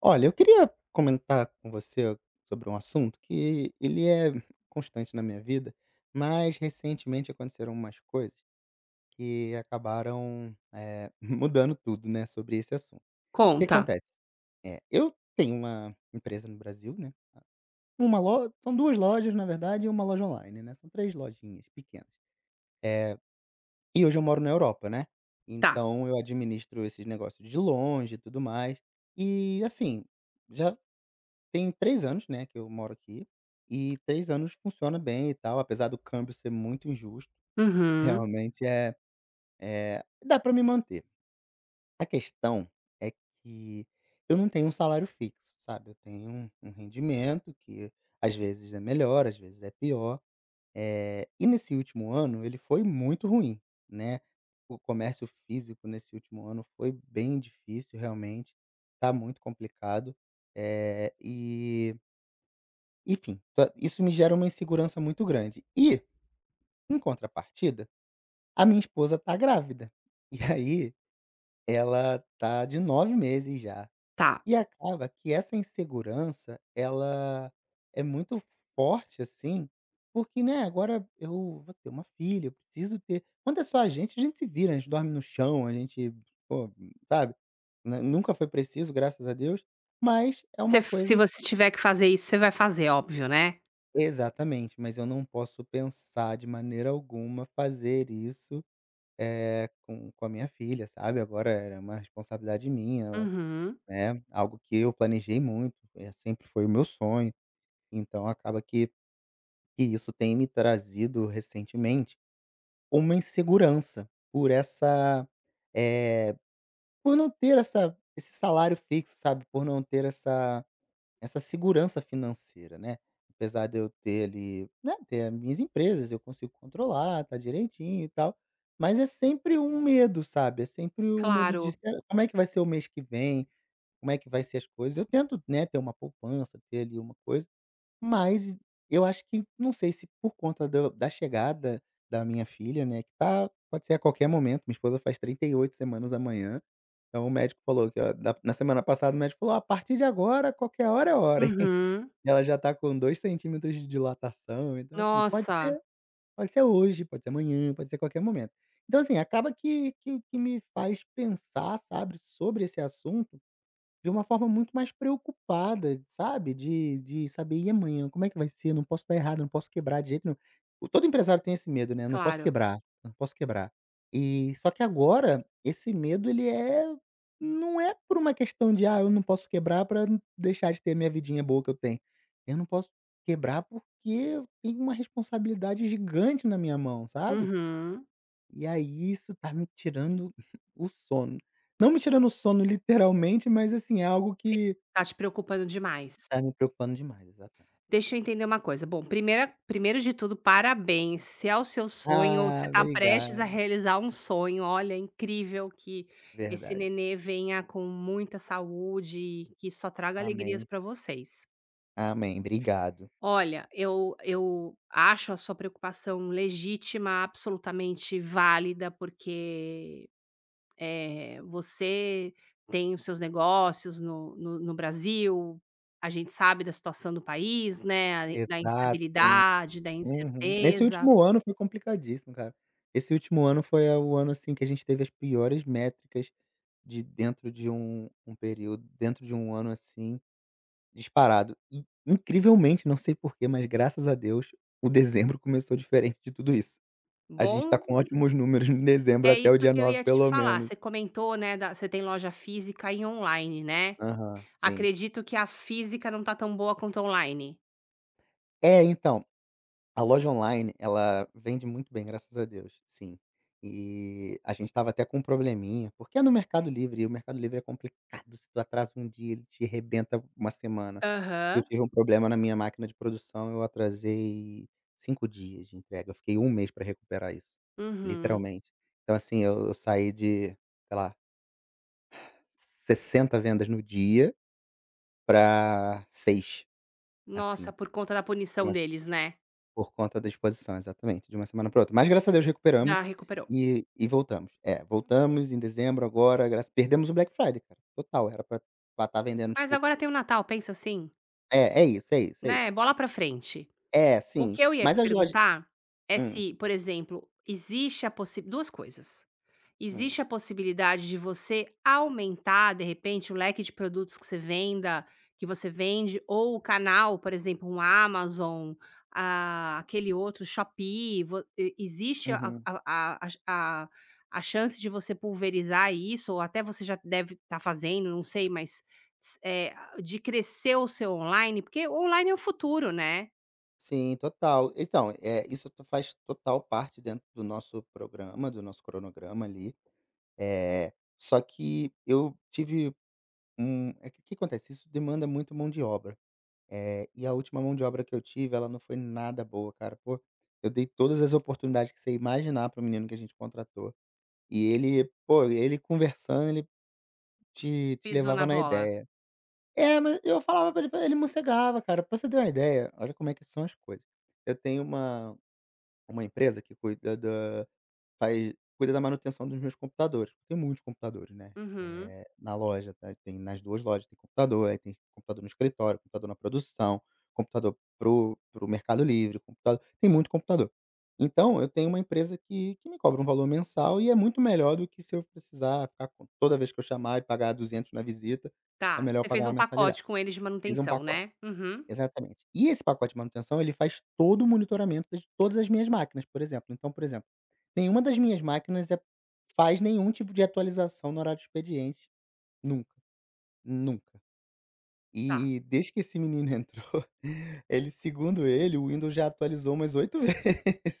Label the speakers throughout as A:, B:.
A: Olha, eu queria comentar com você sobre um assunto que ele é constante na minha vida, mas recentemente aconteceram umas coisas que acabaram, mudando tudo, né, sobre esse assunto. O que
B: Conta.
A: acontece? Eu tenho uma empresa no Brasil, né, uma lo são 2 lojas, na verdade, e uma loja online, né, são 3 lojinhas pequenas. E hoje eu moro na Europa, né,
B: Tá.
A: então eu administro esses negócios de longe e tudo mais. E, assim, já tem 3 anos, né, que eu moro aqui, e 3 anos funciona bem e tal, apesar do câmbio ser muito injusto,
B: Uhum.
A: realmente dá pra me manter. A questão é que eu não tenho um salário fixo, sabe, eu tenho um rendimento que às vezes é melhor, às vezes é pior, e nesse último ano ele foi muito ruim, né. O comércio físico nesse último ano foi bem difícil realmente, tá muito complicado, e enfim, ta isso me gera uma insegurança muito grande. E, em contrapartida, a minha esposa tá grávida. E aí, ela tá de 9 meses já.
B: Tá.
A: E acaba que essa insegurança, ela é muito forte, assim, porque, né, agora eu vou ter uma filha, eu preciso ter. Quando é só a gente se vira, a gente dorme no chão, a gente, pô, sabe, nu nunca foi preciso, graças a Deus, mas é uma
B: Se
A: coisa.
B: você tiver que fazer isso, você vai fazer, óbvio, né?
A: Exatamente, mas eu não posso pensar de maneira alguma fazer isso, com a minha filha, sabe. Agora era uma responsabilidade minha,
B: Uhum.
A: né, algo que eu planejei muito, sempre foi o meu sonho. Então acaba que isso tem me trazido recentemente uma insegurança por essa, eh, por não ter essa esse salário fixo, sabe, por não ter essa segurança financeira, né, apesar de eu ter ali, né, ter as minhas empresas, eu consigo controlar, tá direitinho e tal, mas é sempre um medo, sabe, é sempre o medo de
B: Claro.
A: será como é que vai ser o mês que vem, como é que vai ser as coisas. Eu tento, né, ter uma poupança, ter ali uma coisa, mas eu acho que não sei se por conta da chegada da minha filha, né, que pode ser a qualquer momento. Minha esposa faz 38 semanas amanhã, então o médico falou que, ó, da na semana passada o médico falou: "Ó, a partir de agora, qualquer hora é hora".
B: Uhum.
A: Ela já tá com 2 centímetros de dilatação, então assim, pode
B: Nossa,
A: ser pode ser hoje, pode ser amanhã, pode ser qualquer momento. Então assim, acaba que me faz pensar, sabe, sobre esse assunto, de uma forma muito mais preocupada, sabe, de saber: "E amanhã, como é que vai ser? Não posso dar errado, não posso quebrar de jeito nenhum". O Todo empresário tem esse medo, né: "Não posso
B: claro.
A: quebrar, não posso quebrar". E só que agora, esse medo ele não é por uma questão de: "Ah, eu não posso quebrar para deixar de ter a minha vidinha boa que eu tenho". Eu não posso quebrar porque eu tenho uma responsabilidade gigante na minha mão, sabe?
B: Uhum.
A: E aí isso tá me tirando o sono. Não me tirando o sono literalmente, mas assim, é algo
B: Sim,
A: que
B: tá te preocupando demais.
A: tá me preocupando demais, exatamente.
B: Deixa eu entender uma coisa. Bom, primeira primeiro de tudo, parabéns. Se é o seu sonho, você
A: Ah,
B: está prestes a
A: obrigado.
B: realizar um sonho. Olha, é incrível que esse
A: Verdade.
B: nenê venha com muita saúde e que só traga alegrias
A: Amém,
B: para vocês.
A: amém, obrigado.
B: Olha, eu acho a sua preocupação legítima, absolutamente válida, porque, você tem os seus negócios no Brasil. A gente sabe da situação do país, né, da
A: Exato, tem
B: instabilidade, da
A: uhum. Nesse
B: incerteza.
A: último ano foi complicadíssimo, cara. Esse último ano foi a o ano, assim, que a gente teve as piores métricas de dentro de um período dentro de um ano, assim. Disparado. E incrivelmente, não sei porquê, mas graças a Deus, o dezembro começou diferente de tudo isso. A gente tá
B: Bom,
A: com ótimos números em dezembro
B: é
A: até
B: isso
A: o dia
B: que eu
A: 9
B: ia te
A: pelo
B: falar,
A: menos.
B: você comentou, né, da você tem loja física e online, né.
A: Aham, sim.
B: Acredito que a física não tá tão boa quanto a online.
A: É, então a loja online, ela vende muito bem, graças a Deus, sim. E a gente tava até com um probleminha, porque é no Mercado Livre, e o Mercado Livre é complicado, se tu atrasa um dia, ele te rebenta uma semana. Eu
B: Aham.
A: tive um problema na minha máquina de produção, eu atrasei 5 dias de entrega, eu fiquei um mês para recuperar isso,
B: Uhum.
A: literalmente. Então assim, eu saí de, sei lá, 60 vendas no dia para 6,
B: Nossa,
A: assim,
B: por conta da
A: de
B: punição
A: uma
B: deles, né.
A: por conta da exposição, exatamente, de uma semana para outra. Mas graças a Deus
B: Já
A: recuperamos
B: recuperou.
A: e voltamos. É, voltamos em dezembro agora, graças perdemos o Black Friday, cara, total, era pra estar vendendo
B: Mas
A: tipo.
B: agora tem o Natal, pensa assim,
A: É isso, é isso, é
B: né,
A: isso.
B: bola pra frente.
A: É,
B: O
A: sim,
B: que eu ia te
A: mas as lojas.
B: perguntar é
A: Hum,
B: se, por exemplo, existe a possibilidade, 2 coisas.
A: hum,
B: Existe a possibilidade de você aumentar, de repente, o leque de produtos que você venda que você vende ou o canal, por exemplo, um Amazon, ah, aquele outro Shopee, vo e existe a
A: uhum.
B: a a a chance de você pulverizar isso, ou até você já deve estar fazendo, não sei, mas s eh, de crescer o seu online, porque o online é o futuro, né?
A: Sim, total. Então, é isso to faz total parte dentro do nosso programa, do nosso cronograma ali, é só que eu tive um é que o que acontece, isso demanda muito mão de obra. E a última mão de obra que eu tive, ela não foi nada boa, cara. Pô, eu dei todas as oportunidades que você imaginar para o menino que a gente contratou. E ele, pô, ele conversando, ele te
B: Pisou na
A: levava na
B: bola.
A: ideia. É, mas eu falava pra ele, ele mocegava, cara. Pra você ter uma ideia, olha como é que são as coisas. Eu tenho uma empresa que cuida da faz cuida da manutenção dos meus computadores, porque tem muitos computadores, né,
B: Uhum.
A: na loja, tá, tem nas 2 lojas, tem computador, aí tem computador no escritório, computador na produção, computador pro Mercado Livre, computador, tem muito computador. Então, eu tenho uma empresa que me cobra um valor mensal e é muito melhor do que se eu precisar ficar com toda vez que eu chamar e pagar 200 na visita, é
B: Tá,
A: melhor eu
B: você
A: pagar
B: fez
A: uma
B: um
A: mensalidade.
B: pacote com eles de
A: Fiz um
B: manutenção,
A: pacote.
B: né? Uhum,
A: Exatamente. E esse pacote de manutenção, ele faz todo o monitoramento de todas as minhas máquinas, por exemplo. Então, por exemplo, nenhuma das minhas máquinas faz nenhum tipo de atualização no horário de expediente, nunca, nunca.
B: tá.
A: E desde que esse menino entrou, ele segundo ele, o Windows já atualizou umas 8 vezes.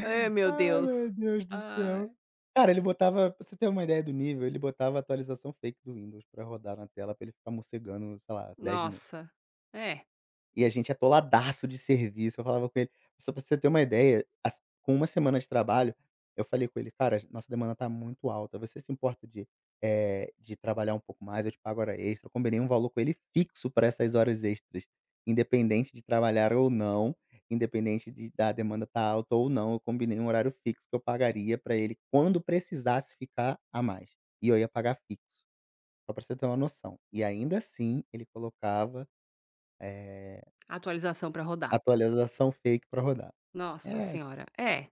B: Ai, meu
A: Ai, meu
B: Deus.
A: Deus do
B: Ai.
A: céu. Cara, ele botava, pra você ter uma ideia do nível, ele botava a atualização fake do Windows pra rodar na tela, pra ele ficar mocegando, sei lá, 10 minutos.
B: Nossa. É,
A: E a gente atoladaço de serviço, eu falava com ele, só pra você ter uma ideia, as com uma semana de trabalho, eu falei com ele: "Cara, nossa demanda tá muito alta, você se importa de, de trabalhar um pouco mais? Eu te pago hora extra". Eu combinei um valor com ele fixo para essas horas extras, independente de trabalhar ou não, independente de da demanda estar alta ou não, eu combinei um horário fixo que eu pagaria para ele quando precisasse ficar a mais, e eu ia pagar fixo, só pra você ter uma noção. E ainda assim ele colocava, eh
B: atualização pra rodar.
A: atualização fake pra rodar.
B: Nossa
A: É.
B: senhora. É,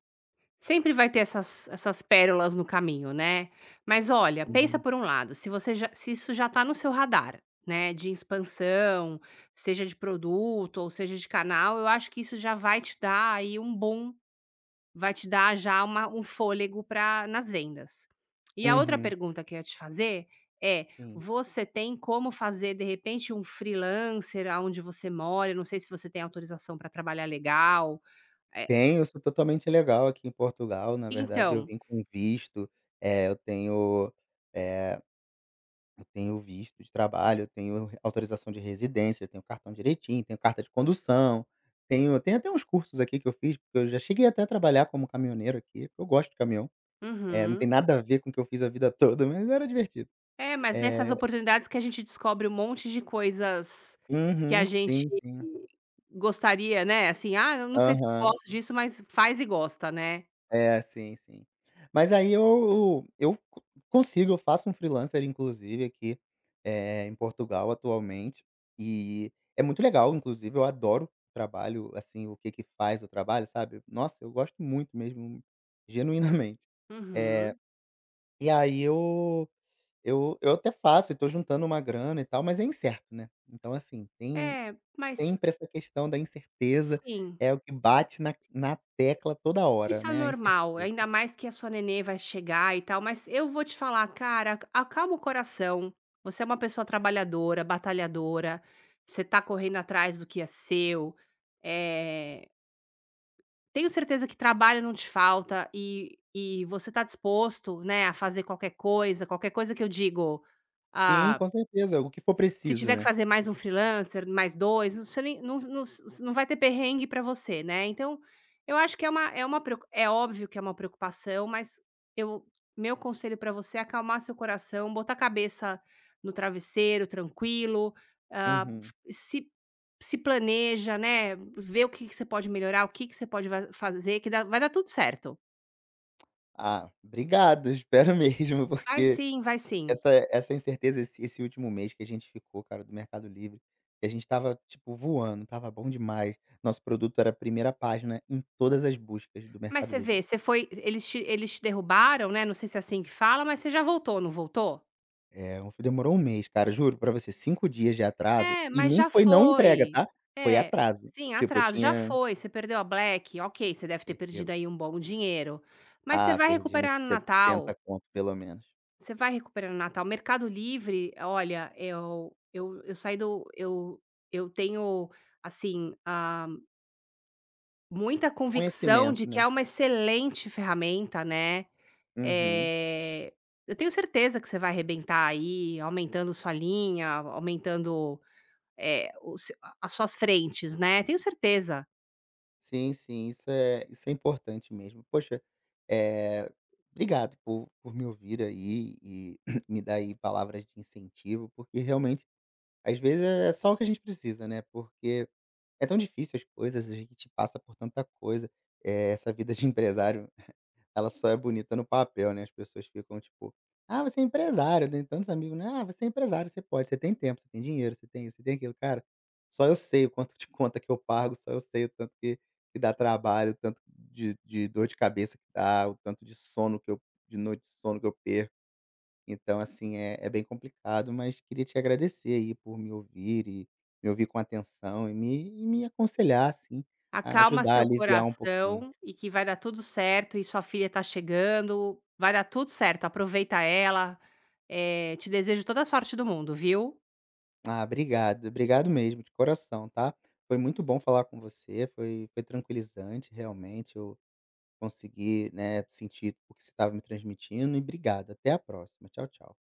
B: sempre vai ter essas essas pérolas no caminho, né. Mas olha, pensa
A: Uhum.
B: por um lado, se você já se isso já tá no seu radar, né, de expansão, seja de produto ou seja de canal, eu acho que isso já vai te dar aí um bom. Vai te dar já uma um fôlego para nas vendas. E a outra
A: Uhum.
B: pergunta que eu ia te fazer é:
A: Sim.
B: você tem como fazer, de repente, um freelancer aonde você mora? Eu não sei se você tem autorização para trabalhar legal. Eh,
A: Tenho, eu sou totalmente legal aqui em Portugal, na verdade eu
B: então
A: vim com visto, eu tenho, eh, eu tenho visto de trabalho, eu tenho re autorização de residência, eu tenho cartão direitinho, tenho carta de condução, tenho até uns cursos aqui que eu fiz, porque eu já cheguei até a trabalhar como caminhoneiro aqui, porque eu gosto de caminhão. Não tem
B: uhum.
A: nada a ver com o que eu fiz a vida toda, mas era divertido.
B: É, mas nessas
A: Eh
B: oportunidades que a gente descobre um monte de coisas que a
A: Uhum.
B: gente
A: Sim, sim.
B: gostaria, né, assim: "Ah, eu não sei se eu
A: Aham.
B: gosto disso", mas faz e gosta, né.
A: É, sim, sim. Mas aí eu co consigo, eu faço um freelancer inclusive aqui, em Portugal atualmente, e é muito legal inclusive, eu adoro o trabalho, assim, o que que faz o trabalho, sabe. Nossa, eu gosto muito mesmo, genuinamente. Eh,
B: Uhum.
A: e aí eu até faço e tô juntando uma grana e tal, mas é incerto, né. Então assim, tem
B: É, mas
A: sempre essa questão da incerteza,
B: sim.
A: é o que bate na tecla toda hora,
B: Isso é
A: né, a incerteza.
B: normal, ainda mais que a sua nenê vai chegar e tal, mas eu vou te falar, cara, acalma o coração. Você é uma pessoa trabalhadora, batalhadora, você tá correndo atrás do que é seu. Eh, tenho certeza que trabalho não te falta, e você tá disposto, né, a fazer qualquer coisa. Qualquer coisa que eu digo,
A: Sim,
B: ah,
A: com certeza, o que for
B: se
A: preciso,
B: tiver que
A: né.
B: fazer mais um freelancer, mais 2, você nem não vai ter perrengue para você, né. Então, eu acho que é uma preocu é óbvio que é uma preocupação, mas eu, meu conselho para você é acalmar seu coração, botar a cabeça no travesseiro, tranquilo, hã,
A: Uhum.
B: se se planeja, né, vê o que que você pode melhorar, o que que você pode va fazer que dá vai dar tudo certo.
A: Ah, obrigado, espero mesmo,
B: Vai
A: porque
B: sim, vai sim.
A: essa incerteza, esse último mês que a gente ficou, cara, do Mercado Livre, que a gente estava, tipo, voando, estava bom demais, nosso produto era 1ª página em todas as buscas do
B: Mas
A: Mercado
B: você
A: Livre.
B: vê, você foi eles te derrubaram, né, não sei se é assim que fala, mas você já voltou, não voltou?
A: É, demorou um mês, cara, juro pra você, 5 dias de atraso,
B: É,
A: e
B: mas
A: nem
B: já
A: foi não entrega,
B: foi.
A: tá, foi
B: É,
A: atraso.
B: sim,
A: Tipo, eu
B: atraso, já
A: tinha
B: foi, você perdeu a Black, ok, você deve ter
A: perdi
B: perdido aí um bom dinheiro, mas você
A: ah,
B: vai
A: perdi uns
B: recuperar no Natal,
A: 70 conto, pelo menos.
B: você vai recuperar no Natal. Mercado Livre, olha, eu saí do, eu tenho, assim, ah, muita convicção
A: Conhecimento,
B: de que
A: né.
B: é uma excelente ferramenta, né,
A: Uhum.
B: eh, eu tenho certeza que você vai arrebentar aí, aumentando sua linha, aumentando o seu a as suas frentes, né. Tenho certeza.
A: Sim, sim, isso é importante mesmo. Poxa, é obrigado por me ouvir aí e me dar aí palavras de incentivo, porque realmente, às vezes, é só o que a gente precisa, né, porque é tão difícil as coisas, a gente passa por tanta coisa, essa vida de empresário ela só é bonita no papel, né, as pessoas ficam tipo: "Ah, você é empresário", eu tenho tantos amigos, né: "Ah, você é empresário, você pode, você tem tempo, você tem dinheiro, você tem isso, você tem aquilo". Cara, só eu sei o quanto de conta que eu pago, só eu sei o tanto que dá trabalho, o tanto de dor de cabeça que dá, o tanto de sono que eu de noite de sono que eu perco. Então, assim, é bem complicado, mas queria te agradecer aí por me ouvir e me ouvir com atenção e me aconselhar, assim, a
B: Acalma
A: ajudar a
B: seu
A: aliviar um pouquinho.
B: coração e que vai dar tudo certo, e sua filha tá chegando, vai dar tudo certo, aproveita ela. Te desejo toda a sorte do mundo, viu.
A: Ah, obrigado. Obrigado mesmo, de coração, tá? Foi muito bom falar com você, foi tranquilizante, realmente, eu consegui, né, sentir o que você estava me transmitindo e obrigado. Até a próxima. Tchau, tchau.